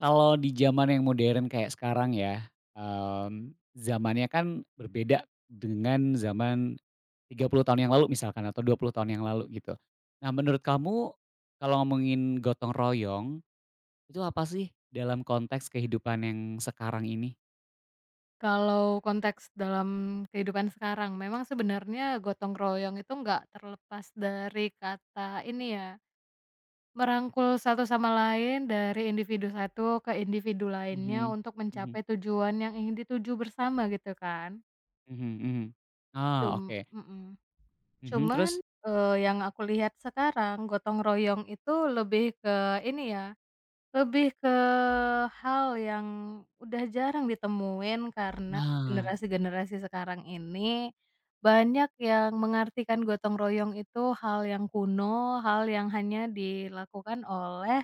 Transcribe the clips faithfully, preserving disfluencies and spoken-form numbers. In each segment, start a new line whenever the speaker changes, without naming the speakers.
Kalau di zaman yang modern kayak sekarang ya, mmm, zamannya kan berbeda dengan zaman tiga puluh tahun yang lalu misalkan atau dua puluh tahun yang lalu gitu. Nah menurut kamu kalau ngomongin gotong royong, itu apa sih dalam konteks kehidupan yang sekarang ini?
Kalau konteks dalam kehidupan sekarang, memang sebenarnya gotong royong itu nggak terlepas dari kata ini ya, merangkul satu sama lain dari individu satu ke individu lainnya
Mhm,
untuk
mhm,
mencapai tujuan yang ingin dituju bersama gitu kan.
mhm mhm. Oh,
Cum
oke,
mhm.
mhm,
Cuman,
terus?
eee, yang aku lihat sekarang gotong royong itu lebih ke ini ya. Lebih ke hal yang udah jarang ditemuin karena Mhm.
Nah,
generasi-generasi sekarang ini banyak yang mengartikan gotong royong itu hal yang kuno, hal yang hanya dilakukan oleh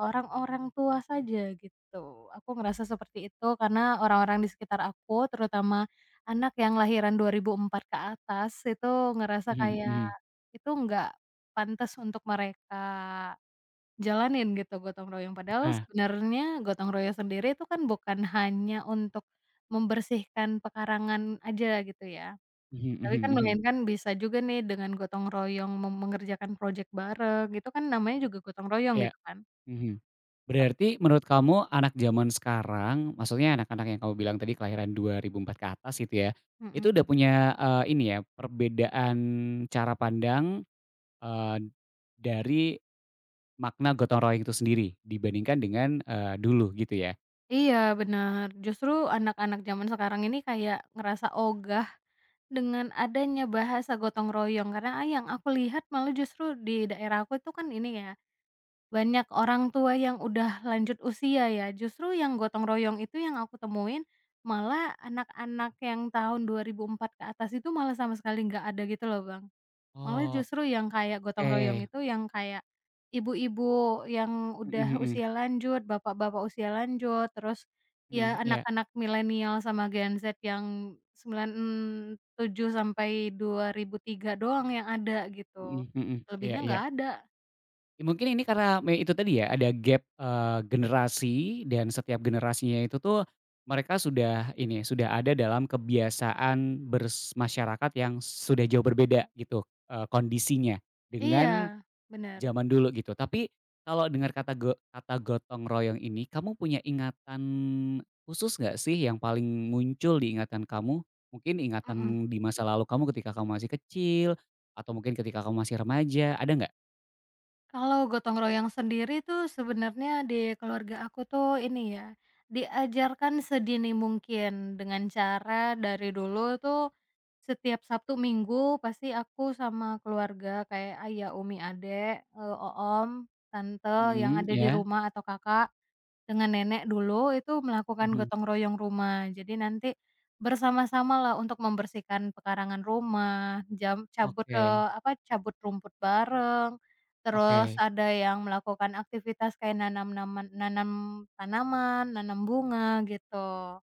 orang-orang tua saja gitu. Aku ngerasa seperti itu karena orang-orang di sekitar aku, terutama anak yang lahiran dua ribu empat ke atas itu ngerasa Mhm.
mhm
kayak
mhm,
itu nggak pantas untuk mereka. Jalanin gitu gotong royong, padahal
oke,
sebenarnya gotong royong sendiri itu kan bukan hanya untuk membersihkan pekarangan aja gitu ya,
mhm
tapi
mhm
kan
mhm,
melainkan bisa juga nih dengan gotong royong mem mengerjakan project bareng, gitu kan namanya juga gotong royong
iya.
gitu kan.
Mhm.
Tap
Berarti menurut kamu anak zaman sekarang, maksudnya anak-anak yang kamu bilang tadi kelahiran dua ribu empat ke atas gitu ya, itu
mhm.
udah punya, eee, ini ya, perbedaan cara pandang, eee, dari makna gotong royong itu sendiri dibandingkan dengan, eee, dulu gitu ya?
Iya, benar, justru anak-anak zaman sekarang ini kayak ngerasa ogah dengan adanya bahasa gotong royong, karena, ah, yang aku lihat malah justru di daerah aku itu kan ini ya. Banyak orang tua yang udah lanjut usia ya, justru yang gotong royong itu yang aku temuin, malah anak-anak yang tahun dua ribu empat ke atas itu malah sama sekali nggak ada gitu loh, Bang. Malah
Oh,
justru yang kayak gotong royong
oke.
itu yang kayak ibu-ibu yang
Mhm
udah
mhm.
usia lanjut, bapak-bapak usia lanjut, terus
Mhm,
ya
iya.
anak-anak milenial sama Gen Z yang sembilan tujuh sampai dua ribu tiga doang yang ada gitu,
Mhm mhm. Iya
lebihnya
iya.
nggak ada.
Ya, Mungkin ini karena me itu tadi ya ada gap, eee, generasi dan setiap generasinya itu tuh mereka sudah ini, sudah ada dalam kebiasaan bers yang sudah jauh berbeda gitu, eee, kondisinya dengan
Iya, benar.
zaman dulu gitu. Tapi kalau dengar kata go kata gotong royong ini, kamu punya ingatan khusus nggak sih yang paling muncul di ingatan kamu? Mungkin
Mhm.
ingatan di masa lalu kamu ketika kamu masih kecil atau mungkin ketika kamu masih remaja, ada nggak?
Kalau gotong royong sendiri tuh sebenarnya di keluarga aku tuh ini ya, diajarkan sedini mungkin dengan cara dari dulu tuh setiap Sabtu Minggu pasti aku sama keluarga kayak ayah, umi, adek, eee, oom, tante yang
Mhm,
ada di
ya.
rumah atau kakak. Dengan nenek dulu itu melakukan
Mhm,
gotong royong rumah. Jadi nanti bersama-samalah untuk membersihkan pekarangan rumah, jam cabut,
oke
eee, apa, cabut rumput bareng, terus
oke,
ada yang melakukan aktivitas kayak nanam naman nanam tanaman, nanam bunga gitu.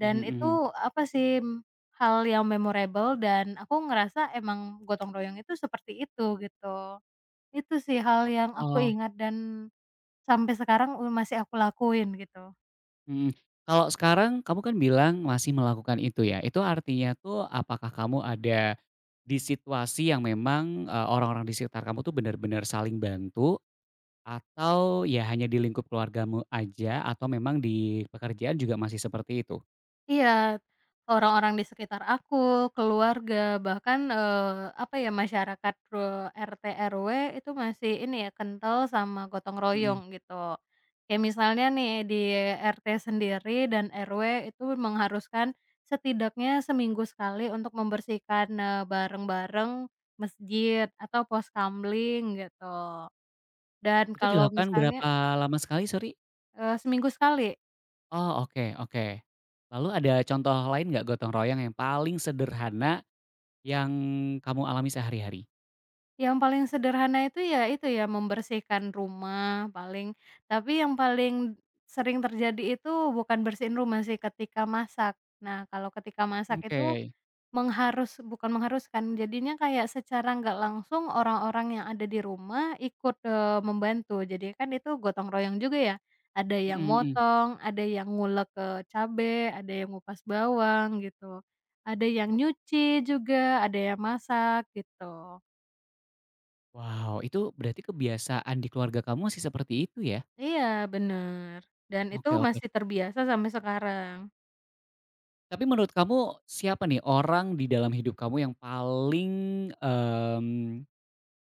mhm
Dan
mhm.
itu apa sih, m, hal yang memorable dan aku ngerasa emang gotong royong itu seperti itu gitu. Itu sih hal yang aku
Oh,
ingat dan sampai sekarang, masih aku lakuin gitu.
mhm. Kalau sekarang kamu kan bilang masih melakukan itu ya, itu artinya tuh apakah kamu ada di situasi yang memang, eee, orang-orang di sekitar kamu tuh benar-benar saling bantu atau ya hanya di lingkup keluargamu aja atau memang di pekerjaan juga masih seperti itu?
Iya, orang-orang di sekitar aku, keluarga, bahkan, eee, apa ya, masyarakat, eee, R T, R W itu masih ini ya, kental sama gotong
Mhm.
royong gitu. Kayak misalnya nih di R T sendiri dan R W itu mengharuskan setidaknya seminggu sekali untuk membersihkan, eee, bareng-bareng masjid atau pos kamling gitu. Dan
Itu
kalau
dilakukan
misalnya,
berapa lama sekali sorry?
eee, seminggu sekali.
Oh, oke oke. Lalu ada contoh lain nggak gotong royong yang paling sederhana yang kamu alami sehari-hari?
Yang paling sederhana itu ya itu ya, membersihkan rumah paling, tapi yang paling sering terjadi itu bukan bersihin rumah sih, ketika masak. Nah, kalau ketika masak
Oke,
itu mengharus bukan mengharuskan, jadinya kayak secara nggak langsung orang-orang yang ada di rumah ikut, eee, membantu. Jadi kan itu gotong royong juga ya, ada yang
mhm mhm.
motong, ada yang ngulek, eee, cabe, ada yang ngupas bawang gitu, ada yang nyuci juga, ada yang masak gitu.
Wow, itu berarti kebiasaan di keluarga kamu masih seperti itu ya?
Iya, bener. Dan itu
Oke oke.
masih terbiasa sampai sekarang.
Tapi menurut kamu siapa nih orang di dalam hidup kamu yang paling, mmm,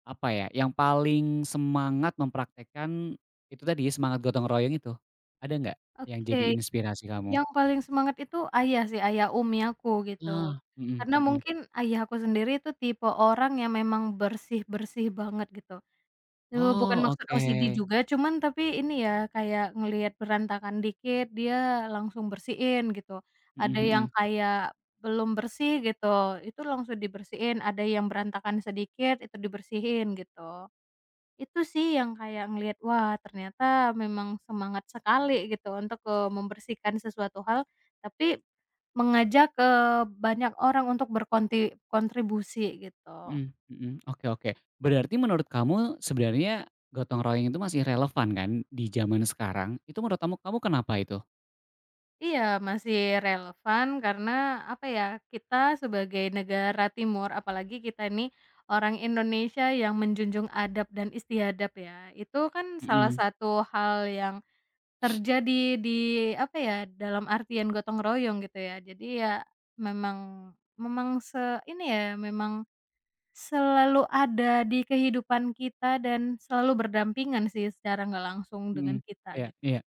apa ya, yang paling semangat mempraktekkan itu tadi ya, semangat gotong royong itu? Ada nggak yang jadi
Oke,
inspirasi kamu?
yang paling semangat itu ayah sih, ayah umi aku gitu.
Ah, mhm
Karena
mhm.
mungkin ayah aku sendiri itu tipe orang yang memang bersih-bersih banget gitu. Eee, bukan
Oh,
maksud
oke.
O C D juga, cuman tapi ini ya, kayak ngelihat berantakan dikit dia langsung bersihin gitu. Ada
Mhm
yang
mhm.
kayak belum bersih gitu, itu langsung dibersihin, ada yang berantakan sedikit itu dibersihin gitu. Itu sih yang kayak ngelihat, wah, ternyata memang semangat sekali gitu untuk, eee, membersihkan sesuatu hal, tapi mengajak, ke banyak orang untuk berkontribusi gitu.
Mhm mhm, oke oke. Berarti menurut kamu sebenarnya gotong royong itu masih relevan kan di zaman sekarang? Itu menurut kamu kamu kenapa itu?
Iya, masih relevan karena apa ya, kita sebagai negara timur, apalagi kita ini orang Indonesia yang menjunjung adab dan istiadab ya, itu kan salah
Mhm
satu hal yang terjadi di apa ya, dalam artian gotong royong gitu ya. Jadi ya memang memang se ini ya, memang selalu ada di kehidupan kita dan selalu berdampingan sih secara nggak langsung
mhm,
dengan kita
iya
gitu.
iya.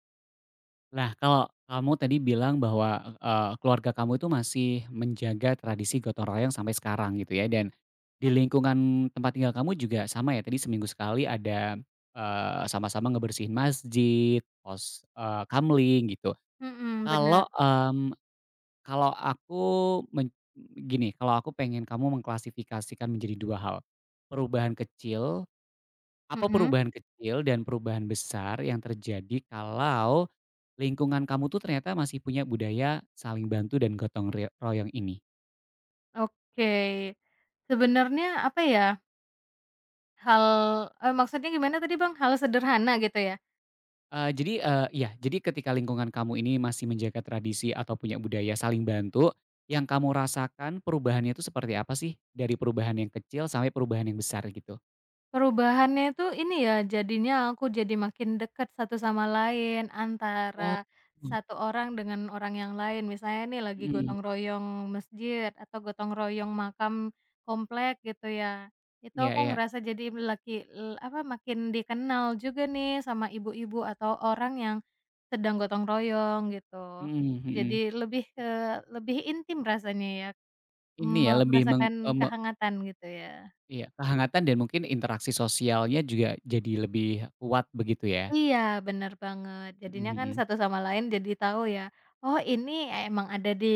Nah kalau kamu tadi bilang bahwa, eee, keluarga kamu itu masih menjaga tradisi gotong royong sampai sekarang gitu ya dan di lingkungan tempat tinggal kamu juga sama ya tadi seminggu sekali ada, eee, sama-sama ngebersihin masjid, pos, eee, kamling gitu.
Mhm, bener,
Kalau, mmm Kalau aku men gini, kalau aku pengen kamu mengklasifikasikan menjadi dua hal, perubahan kecil apa
mhm,
perubahan kecil dan perubahan besar yang terjadi kalau lingkungan kamu tuh ternyata masih punya budaya saling bantu dan gotong re royong ini?
oke. Sebenarnya apa ya, hal eee, maksudnya gimana tadi Bang? Hal sederhana gitu ya?
Eee, jadi, eee, iya, jadi ketika lingkungan kamu ini masih menjaga tradisi atau punya budaya saling bantu, yang kamu rasakan perubahannya itu seperti apa sih? Dari perubahan yang kecil sampai perubahan yang besar gitu?
Perubahannya itu ini ya, jadinya aku jadi makin dekat satu sama lain
Oh,
antara
mhm,
satu orang dengan orang yang lain. Misalnya nih lagi
mhm,
gotong royong masjid atau gotong royong makam komplek gitu ya. Itu
iya
aku
iya.
ngerasa jadi laki l- apa makin dikenal juga nih sama ibu-ibu atau orang yang sedang gotong royong gitu.
Mhm mhm.
Jadi lebih ke lebih intim rasanya ya,
Ini ya
me-
lebih meng
merasakan
eee, me
kehangatan gitu ya.
iya, kehangatan dan mungkin interaksi sosialnya juga jadi lebih kuat begitu ya?
Iya, bener banget. Jadinya
Mhm
kan
mhm.
satu sama lain jadi tahu ya, oh ini emang ada di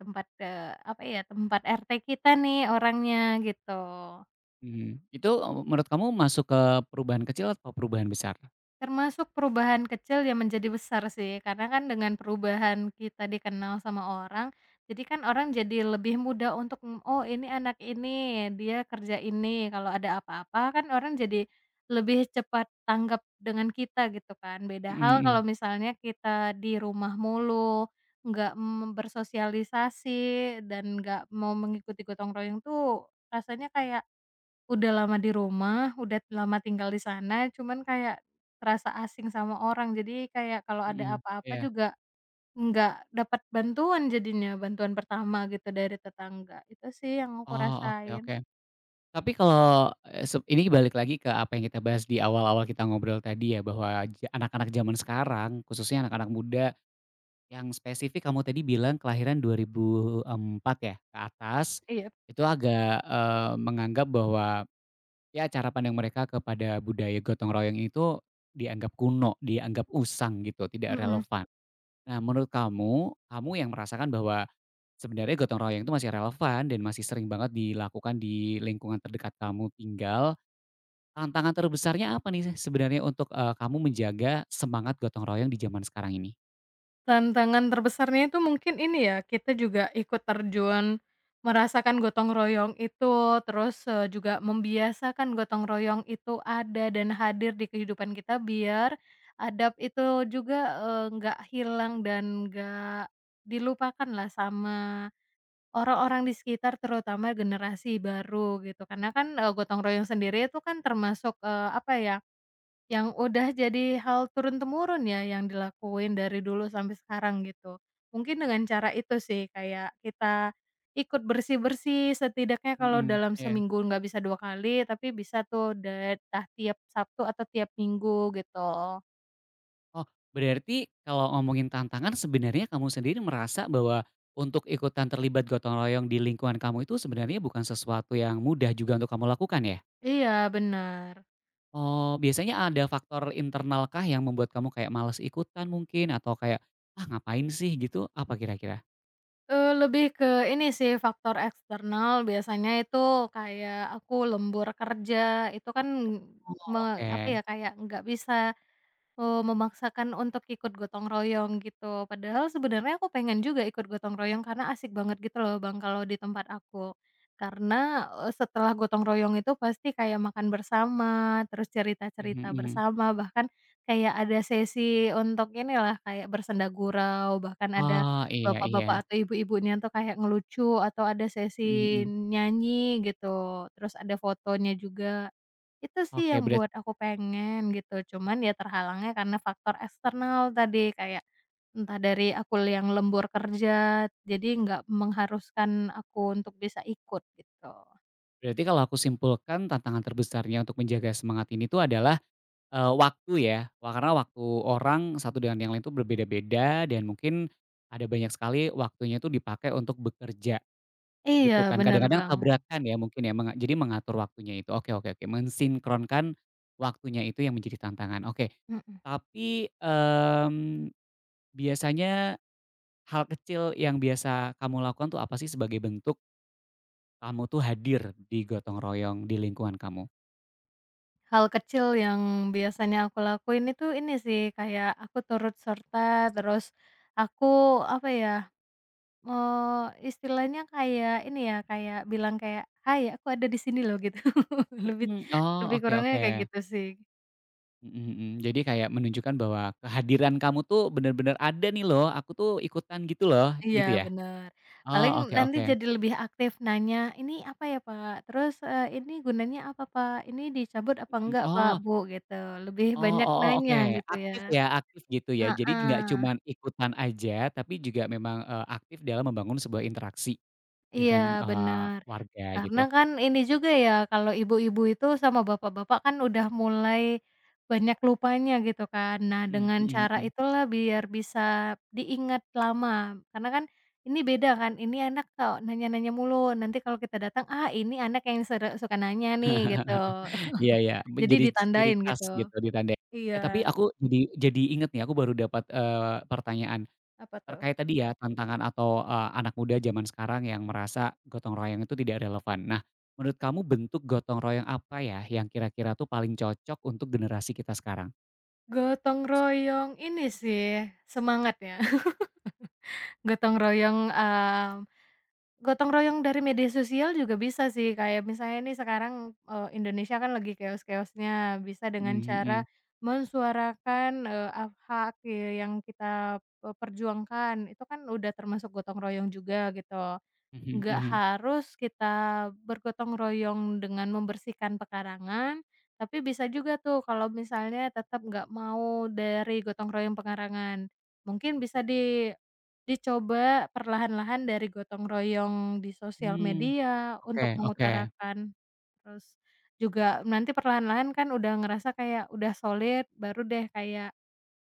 tempat, eee, apa ya, tempat R T kita nih orangnya, gitu.
Mhm. Itu, eee, menurut kamu masuk ke perubahan kecil atau perubahan besar?
Termasuk perubahan kecil yang menjadi besar sih, karena kan dengan perubahan kita dikenal sama orang, jadi kan orang jadi lebih mudah untuk, mmm, "Oh ini anak ini, dia kerja ini." Kalau ada apa-apa kan orang jadi lebih cepat tanggap dengan kita gitu kan. Beda
Mhm
hal
mhm.
kalau misalnya kita di rumah mulu, nggak, mmm, bersosialisasi dan nggak mau mengikuti gotong royong tuh rasanya kayak udah lama di rumah, udah lama tinggal di sana, cuman kayak terasa asing sama orang. Jadi kayak kalau ada
Mhm.
apa-apa
Iya.
juga nggak dapat bantuan jadinya, bantuan pertama gitu dari tetangga. Itu sih yang aku
Oh, oke
rasain.
oke. Tapi kalau, eee, sep ini balik lagi ke apa yang kita bahas di awal-awal kita ngobrol tadi ya, bahwa ja anak-anak zaman sekarang, khususnya anak-anak muda yang spesifik kamu tadi bilang kelahiran dua ribu empat ya, ke atas,
Iya.
itu agak, eee, menganggap bahwa ya cara pandang mereka kepada budaya gotong royong itu dianggap kuno, dianggap usang gitu, tidak
Mhm.
relevan. Nah menurut kamu, kamu yang merasakan bahwa sebenarnya gotong royong itu masih relevan dan masih sering banget dilakukan di lingkungan terdekat kamu tinggal, tantangan terbesarnya apa nih sebenarnya untuk, eee, kamu menjaga semangat gotong royong di zaman sekarang ini?
Tantangan terbesarnya itu mungkin ini ya, kita juga ikut terjun merasakan gotong royong itu, terus, eee, juga membiasakan gotong royong itu ada dan hadir di kehidupan kita biar adab itu juga, eee, nggak hilang dan nggak dilupakan lah sama orang-orang di sekitar terutama generasi baru gitu. Karena kan, eee, gotong royong sendiri itu kan termasuk, eee, apa ya, yang udah jadi hal turun-temurun ya, yang dilakuin dari dulu sampai sekarang gitu. Mungkin dengan cara itu sih, kayak kita ikut bersih-bersih setidaknya kalau
Mhm,
dalam
iya.
seminggu nggak bisa dua kali, tapi bisa tuh da tah tiap Sabtu atau tiap Minggu gitu.
Oh, berarti kalau ngomongin tantangan sebenarnya kamu sendiri merasa bahwa untuk ikutan terlibat gotong royong di lingkungan kamu itu sebenarnya bukan sesuatu yang mudah juga untuk kamu lakukan ya?
Iya, benar.
Oh, biasanya ada faktor internalkah yang membuat kamu kayak males ikutan mungkin atau kayak, "Ah, ngapain sih?" gitu, apa kira-kira?
Eee, lebih ke ini sih faktor eksternal biasanya itu kayak aku lembur kerja, itu kan
Oh,
me
oke.
apa ya, kayak nggak bisa, oh, memaksakan untuk ikut gotong royong gitu. Padahal sebenarnya aku pengen juga ikut gotong royong karena asik banget gitu loh Bang, kalau di tempat aku. Karena, eee, setelah gotong royong itu pasti kayak makan bersama, terus
Mhm
cerita-cerita
mhm.
bersama, bahkan kayak ada sesi untuk inilah, kayak bersenda gurau, bahkan ada
Oh, iya iya.
bapak-bapak atau ibu-ibunya tuh kayak ngelucu atau ada
Mhm
sesi
mhm.
nyanyi gitu, terus ada fotonya juga. Itu sih
Oke,
yang
berat
buat aku pengen gitu, cuman ya terhalangnya karena faktor eksternal tadi, kayak entah dari aku yang lembur kerja, jadi nggak mengharuskan aku untuk bisa ikut gitu.
berarti kalau aku simpulkan tantangan terbesarnya untuk menjaga semangat ini tuh adalah Eee, waktu ya, wa karena waktu orang satu dengan yang lain itu berbeda-beda dan mungkin ada banyak sekali waktunya itu dipakai untuk bekerja, gitu
Iya,
kan.
bener
Kadang-kadang
banget,
tabrakan ya mungkin ya, menga jadi mengatur waktunya itu. Oke oke oke, mensinkronkan waktunya itu yang menjadi tantangan, oke.
mhm.
Tapi, mmm, biasanya hal kecil yang biasa kamu lakukan tuh apa sih sebagai bentuk kamu tuh hadir di gotong royong di lingkungan kamu?
Hal kecil yang biasanya aku lakuin itu ini sih, kayak aku turut serta, terus aku apa ya, eee, istilahnya kayak ini ya, kayak bilang kayak, "Hai, aku ada di sini loh," gitu. Lebih
Mhm, oh,
Lebih
oke
kurangnya
oke.
kayak gitu sih.
Mhm mhm. Jadi kayak menunjukkan bahwa kehadiran kamu tuh bener-bener ada nih loh, aku tuh ikutan gitu loh,
Iya,
gitu ya?
bener, paling
Oh, oke
nanti
oke.
jadi lebih aktif nanya, "Ini apa ya Pak?" Terus, eee, "Ini gunanya apa Pak? Ini dicabut apa
Mhm.
enggak Pak,
Oh
Bu?" Gitu, lebih
oh
banyak
oh oh, oke.
nanya gitu ya.
Aktif ya, aktif gitu ya. Jadi nggak
Heeh.
cuman ikutan aja, tapi juga memang, eee, aktif dalam membangun sebuah interaksi
Iya,
dengan, eee,
benar.
warga gitu.
Karena kan ini juga ya kalau ibu-ibu itu sama bapak-bapak kan udah mulai banyak lupanya gitu kan. Nah
Mhm
dengan
mhm
cara
mhm.
itulah biar bisa diingat lama, karena kan ini beda kan, ini anak kok nanya-nanya mulu, nanti kalau kita datang, "Ah ini anak yang sere suka nanya nih," gitu.
Iya iya, be
Jadi
jadi ci ciri
ditandain
khas
gitu.
gitu ditandai.
Iya,
Eh, tapi aku jadi jadi inget nih, aku baru dapat, eee, pertanyaan
apa tuh?
terkait tadi ya tantangan atau, eee, anak muda zaman sekarang yang merasa gotong royong itu tidak relevan. Nah, menurut kamu bentuk gotong royong apa ya yang kira-kira tuh paling cocok untuk generasi kita sekarang?
Gotong royong ini sih semangatnya. gotong royong, mmm Gotong royong dari media sosial juga bisa sih, kayak misalnya nih sekarang, eee, Indonesia kan lagi keos-keosnya, bisa dengan
Mhm
cara
mhm,
mensuarakan, eee, af hak, eee, yang kita, eee, perjuangkan, itu kan udah termasuk gotong royong juga gitu.
mhm
Nggak
mhm.
harus kita bergotong royong dengan membersihkan pekarangan, tapi bisa juga tuh kalau misalnya tetap nggak mau dari gotong royong pekarangan, mungkin bisa di dicoba perlahan-lahan dari gotong royong di sosial
Mmm,
media
oke
untuk
oke,
mengutarakan, terus juga nanti perlahan-lahan kan udah ngerasa kayak udah solid, baru deh kayak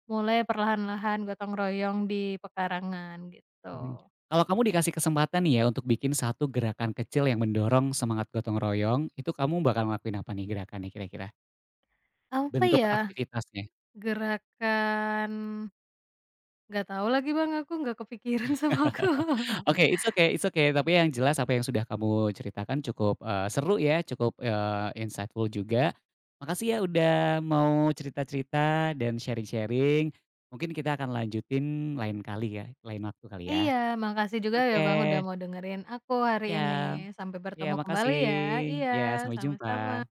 mulai perlahan-lahan gotong royong di pekarangan
mhm.
gitu.
Kalau kamu dikasih kesempatan nih ya untuk bikin satu gerakan kecil yang mendorong semangat gotong royong, itu kamu bakal ngelakuin apa nih gerakannya kira-kira?
Apa
Bentuk
ya?
aktivitasnya?
Gerakan, nggak tahu lagi Bang, aku nggak kepikiran sama aku.
Oke, it's okay it's okay, tapi yang jelas apa yang sudah kamu ceritakan cukup, eee, seru ya, cukup, eee, insightful juga. Makasih ya udah mau cerita-cerita dan sharing-sharing. Mungkin kita akan lanjutin lain kali ya, lain waktu kali ya.
Iya, makasih juga ya Bang, udah
Oke,
mau dengerin aku hari ini.
ya,
Sampai
iya
bertemu kembali
makasih,
ya. Iya,
ya, sampai jumpa.
sama-sama.